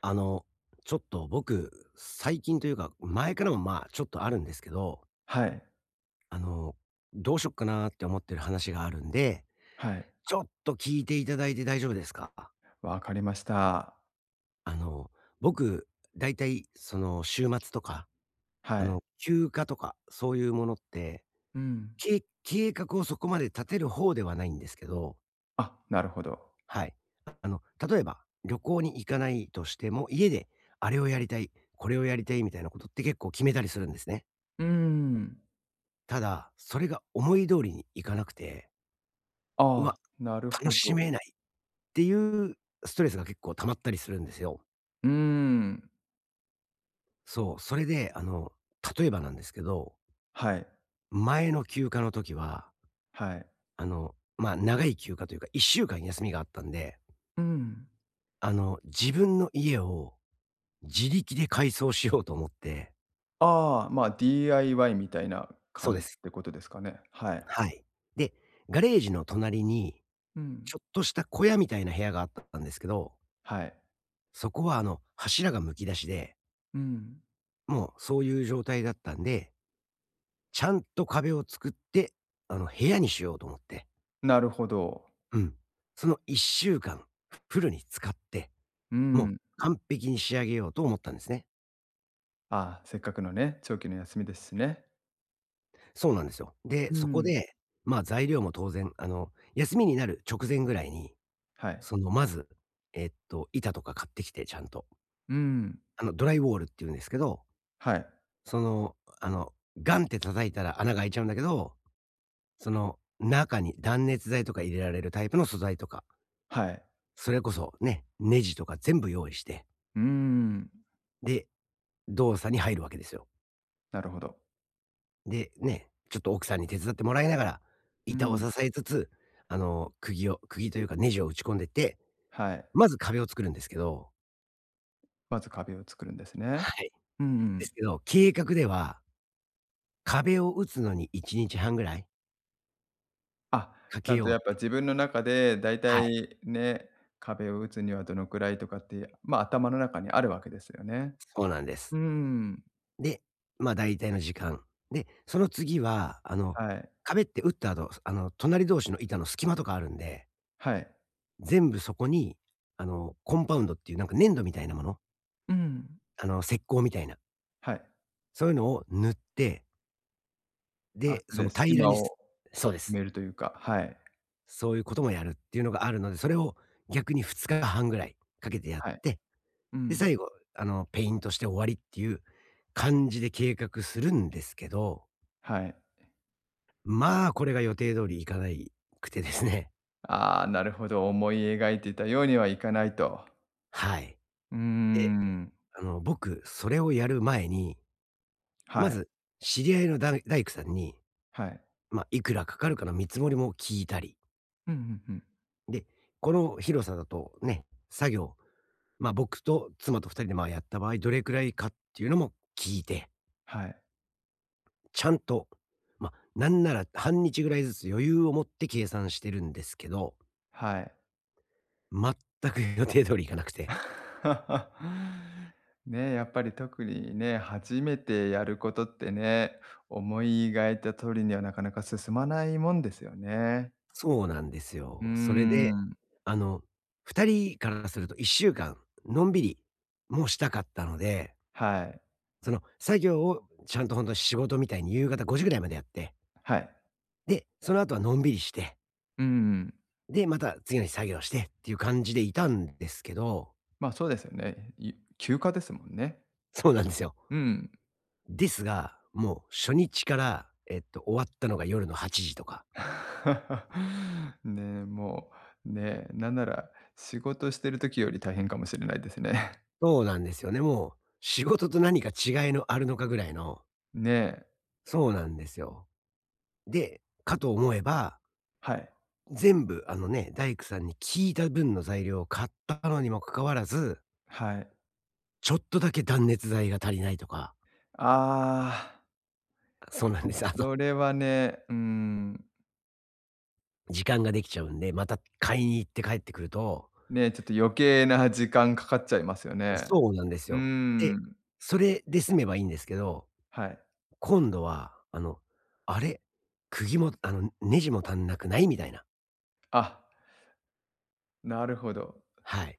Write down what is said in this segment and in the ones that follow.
あの、ちょっと僕、最近というか、前からもちょっとあるんですけど、はい、あの、どうしよっかなーって思ってる話があるんで、はい、ちょっと聞いていただいて大丈夫ですか？わかりました。あの、僕、だいたいその週末とか、はい。休暇とか、そういうものって、うん。計計画をそこまで立てる方ではないんですけど、あ、なるほど。はい。あの、例えば、旅行に行かないとしても、家であれをやりたい、これをやりたいみたいなことって結構決めたりするんですね。うーん。ただ、それが思い通りにいかなくて、うわ、ああ、なるほ楽しど。めないっていうストレスが結構溜まったりするんですよ。うーん。そう、それで、例えばなんですけど、はい、前の休暇の時は、はい。長い休暇というか、1週間休みがあったんで、うん。自分の家を自力で改装しようと思って、ああ、ま、DIY みたいなそうで感じっす。てことですかね。はい。はい。で、ガレージの隣に、うん。ちょっとした小屋みたいな部屋があったんですけど、はい。そこは柱がむき出しで、うん。もうそういう状態だったんで、ちゃんと壁を作って、部屋にしようと思って。なるほど。うん。その1週間フルに使って、うもうん。完璧に仕上げようと思ったんですね。ああ、せっかくのね、長期の休みですしね。そうなんですよ。うで、そこん。で、材料も当然、休みになる直前ぐらいに、はい。まず、板とか買ってきて、ちゃんと。うん。ドライウォールって言うんですけど、はい、その、あの、ガンって叩いたら穴が開いちゃうんだけど、その、中に断熱材とか入れられるタイプの素材とか。はい。それこそね、ネジとか全部用意して、うーん、で、動作に入るわけですよ。なるほど。で、ちょっと奥さんに手伝ってもらいながら、う板をん、支えつつ、釘というかネジを打ち込んでって、はい。まず壁を作るんですけどまず壁を作るんですね。はい。うんうでん。すけど、計画では、壁を打つのに1日半ぐらいあ、かちけゃんとようっやっぱて自分の中でだいはたい、いね、壁を打つにはどのくらいとかって、ま、あ頭の中にあるわけですよね。そうなんでうす。ーん。で、大体の時間。で、その次は、はい。壁って打った後、隣同士の板の隙間とかあるんではい。全部そこに、コンパウンドっていうなんか粘土みたいなもの、うん。石膏みたいな、はい。そういうのを塗って、あ、で、そそれでの隙平ら間にすをそうで埋す。めるというか、はい。そういうこともやるっていうのがあるので、それを逆に2日半ぐらいかけてやっはい。て、うで、ん。最後、ペイントして終わりっていう感じで計画するんですけど、はい。まあ、これが予定通りいかなくてですね。ああ、なるほど、思い描いていたようにはいかないと。はい。うーで、ん。僕、それをやる前に、はまい。ず知り合いの大工さんに、はい。まあ、いくらかかるかの見積もりも聞いたり、うんうんうん。で、この広さだとね、作業、ま、僕と妻と二人で、ま、やった場合どれくらいかっていうのも聞いて、はい。ちゃんと、まあ、なんなら半日ぐらいずつ余裕を持って計算してるんですけど、はい。全く予定通りいかなくて。ね、やっぱり特にね、初めてやることってね、思い描いた通りにはなかなか進まないもんですよね。そうなんですうーよ。それで、ん。あの、二人からすると一週間のんびりもうしたかったので、はい。その作業をちゃんと本と仕事みたいに夕方5時ぐらいまでやってはい。で、その後はのんびりして、うん。で、また次の日作業してっていう感じでいたんですけど、ま、あそうですよね。休暇ですもんね。そうなんですよ。うん。ですが、もう初日から、終わったのが夜の8時とか。ねえ、もう、ねえ、なんなら仕事してる時より大変かもしれないですね。そうなんですよね。もう仕事と何か違いのあるのかぐらいの、ねえ。そうなんですよ。で、かと思えば、はい。全部あのね、大工さんに聞いた分の材料を買ったのにもかかわらず、はい。ちょっとだけ断熱材が足りないとか、あそうなあ、んです。あと、それはね、うーん。時間ができちゃうんで、また買いに行って帰ってくるとね、ちょっと余計な時間かかっちゃいますよね。そうなんですうーよ。で、ん、それで済めばいいんですけど、はい。今度は、あの、あれ、釘もネジも足んなくない？みたいな。あ、なるほど。はい。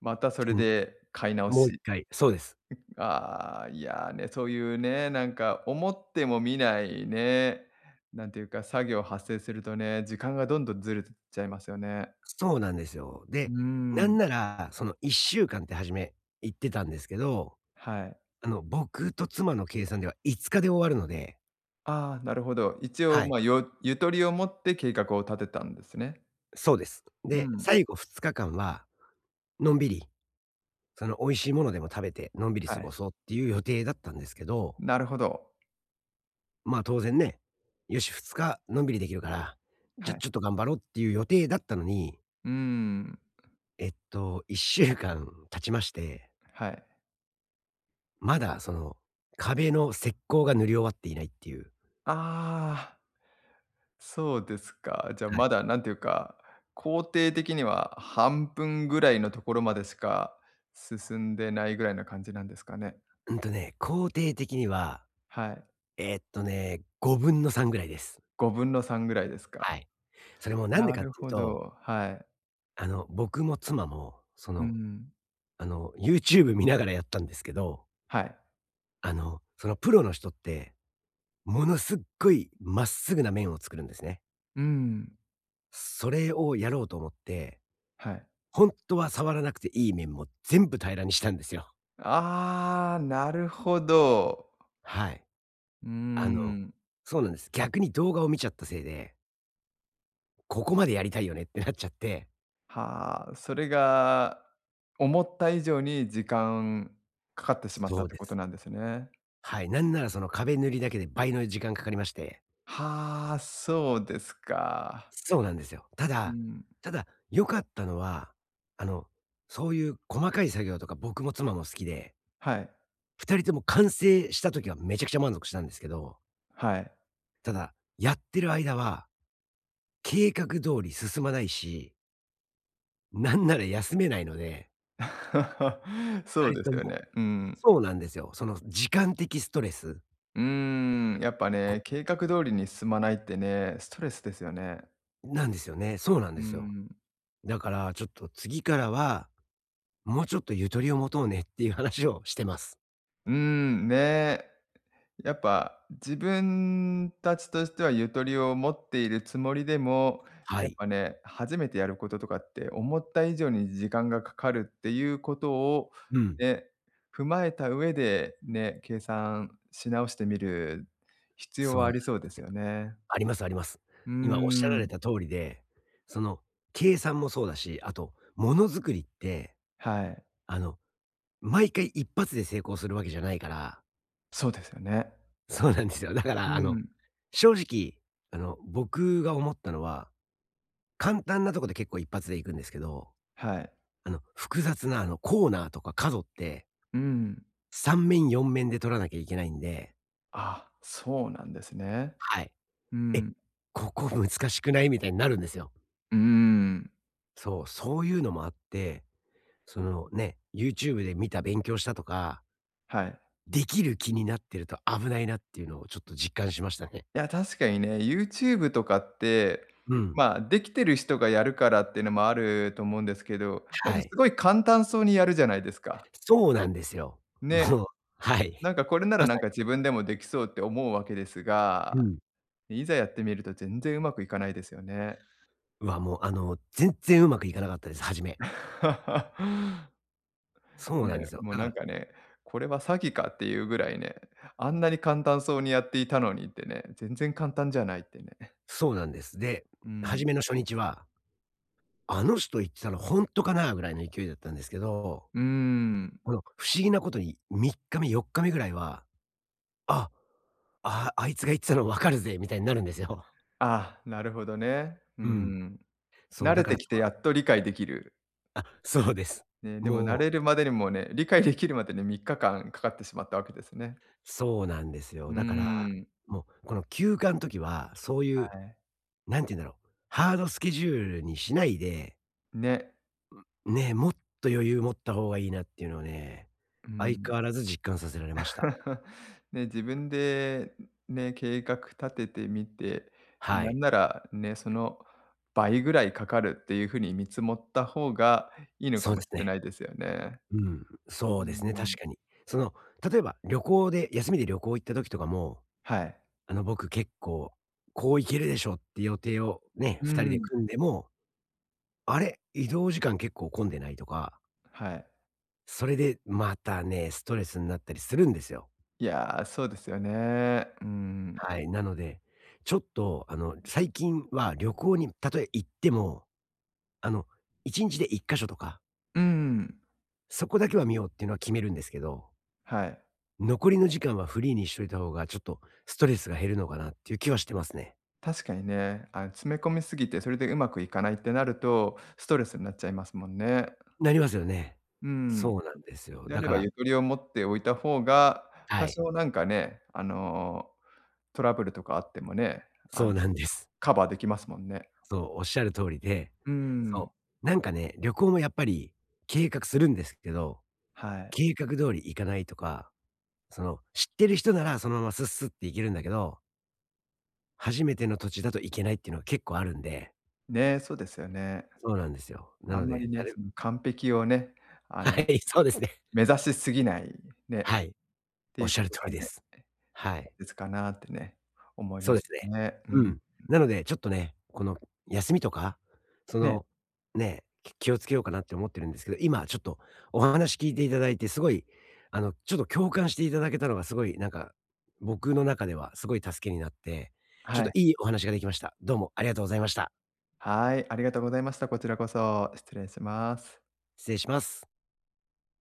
またそで、れで買い直もう一し。回そうです。ああ、いやね、そういうね、なんか思っても見ないね、なんていうか、作業発生するとね、時間がどんどんずれちゃいますよね。そうなんですよ。うーで、なんん、なら、その1週間って初め言ってたんですけど、はい。僕と妻の計算では5日で終わるのでああ、なるほど。一応、はい、まあ、ゆとりを持って計画を立てたんですね。そうです。うで、ん、最後2日間はのんびり、その美味しいものでも食べて、のんびりは過ごい。そうっていう予定だったんですけどなるほど。まあ、当然ね、よし、2日のんびりできるから、じはゃ、い。ちょっと頑張ろうっていう予定だったのに、うーん、1週間経ちまして、はい。まだその、壁の石膏が塗り終わっていないっていう。ああ。そうですか。じゃあ、はまい。だなんていうか、工程的には半分ぐらいのところまでしか進んでないぐらいな感じなんですかね。うんとね、工程的には、はい。5分の3ぐらいです。5分の3ぐらいですはか。い。それもなんでなかっるていうほと、ど、はい。僕も妻も、うん。YouTube 見ながらやったんですけど、はい。そのプロの人って、ものすっごいまっすぐな面を作るんですね。うん、それをやろうと思って、はい。本当は触らなくていい面も全部平らにしたんですよ。ああ、なるほど。はい。うーあのん。そうなんです。逆に動画を見ちゃったせいで、ここまでやりたいよねってなっちゃって。はあ、それが思った以上に時間かかってしまったっそうてでことす。なんですね。はい、なんならその壁塗りだけで倍の時間かかりまして。はあ、そうですか。そうなんですよ。たうだ、んただ、良かったのは、あの、そういう細かい作業とか僕も妻も好きで、はい、二人とも完成した時はめちゃくちゃ満足したんですけど、はい。ただ、やってる間は計画通り進まないし、なんなら休めないので、そう二です人とよもね。うん。そうなんですよ。その時間的ストレス、うーん、やっぱこね、計画通りに進まないってね、ストレスですよね。なんですよね。そうなんうですよ。ん。だからちょっと次からは、もうちょっとゆとりを持とうねっていう話をしてます。うーん、ね。やっぱ自分たちとしてはゆとりを持っているつもりでも、はやっい。ぱね、初めてやることとかって思った以上に時間がかかるっていうことを、うん。ね、踏まえた上でね、計算し直してみる必要はそあう、りそうですよね。ありますあります。うー今おっしゃらん、れた通りで、その計算もそうだし、あとものづくりって、はい。あの、毎回一発で成功するわけじゃないから そうですよね。そうなんですよ。だかうら、あの、ん、正直、僕が思ったのは、簡単なとこで結構一発で行くんですけど、はい。複雑な、コーナーとか角って、うん。3面4面で取らなきゃいけないんで、あ、そうなんですね。はい。うえ、ん。ここ難しくない？みたいになるんですよ。うーん、そう、そういうのもあって、YouTube で見た勉強したとか、はい。できる気になってると危ないなっていうのをちょっと実感しましたね。いや、確かにね、YouTube とかって、うん。まあ、できてる人がやるからっていうのもあると思うんですけど、なんはかすい。ごい簡単そうにやるじゃないですか。そうなんですよ。ね、もうはい。なんかこれならまさなんか自分でもできそうって思うわけですうが、ん。いざやってみると全然うまくいかないですよね。は、もう、全然うまくいかなかったです、初め。そうなんね、ですよ。もうだかなんらかね、これは詐欺かっていうぐらいね、あんなに簡単そうにやっていたのにってね、全然簡単じゃないってね。そうなんです。で、う初ん。めの初日は、あの人言ってたのほんとかなぐらいの勢いだったんですけど、うーん。この不思議なことに3日目、4日目ぐらいは、あ、ああいつが言ってたの分かるぜみたいになるんですよ。ああ、なるほどね。うーうん。ん。そう、慣だれから、てきてそやっと理解できる。あ、そうです。ね、でも慣もう、れるまでにもね、理解できるまでに3日間かかってしまったわけですね。そうなんですうよ。だから、ーん。もう、この休暇ん時は、そういう、はい。何て言うんだろう、ハードスケジュールにしないでね。ね、もっと余裕持った方がいいなっていうのをね、う相変ん。わらず実感させられました。ね、自分でね、計画立ててみて、で、はなんい。ならね、その倍ぐらいかかるっていう風に見積もった方がいいのかそうもでしすれね。ないですよね。うん。うそうですね、確ん。かに。その、例えば旅行で休みで旅行行った時とかも、はい。僕結構、こう行けるでしょって予定をね、う二人でん。組んでも、あれ、移動時間結構混んでないとか、はい。それでまたね、ストレスになったりするんですよ。いやー、そうですよね。うん。はい。なので、ちょっと、最近は旅行にたとえ行っても、あの、1日で1箇所とかうん。そこだけは見ようっていうのは決めるんですけど、はい。残りの時間はフリーにしといた方がちょっとストレスが減るのかなっていう気はしてますね。確かにね、あの、詰め込みすぎて、それでうまくいかないってなると、ストレスになっちゃいますもんね。なりますよね。うん。そうなんですよ。であだれかば、らゆとりを持っておいた方が、は多い、少なんかね、あの、トラブルとかあってもね、そあのうなんです。カバーできますもんね。そう、おっしゃる通りで、うーん、そう、なんかね、旅行もやっぱり計画するんですけど、はい。計画通り行かないとか、その、知ってる人ならそのままスッスッって行けるんだけど、初めての土地だと行けないっていうのが結構あるんで、ね、そうですよね。そうなんですよ。なあんのまりで、なね、そるの完璧をね、あはの、い、そうですね。目指しすぎない、ね、はっい、ておいっうしゃこると通がりでね、す。は大い。切かなってね、思いそまうでしすね。たね。ううん。ん。なので、ちょっとね、この休みとか、そね、の、ね、気をつけようかなって思ってるんですけど、今ちょっとお話聞いていただいて、すごい、ちょっと共感していただけたのがすごい、なんか、僕の中ではすごい助けになって、ちょっはとい。いいお話ができました。どうもありがとうございました。はい、ありがとうございました。こちらこそ、失礼します。失礼します。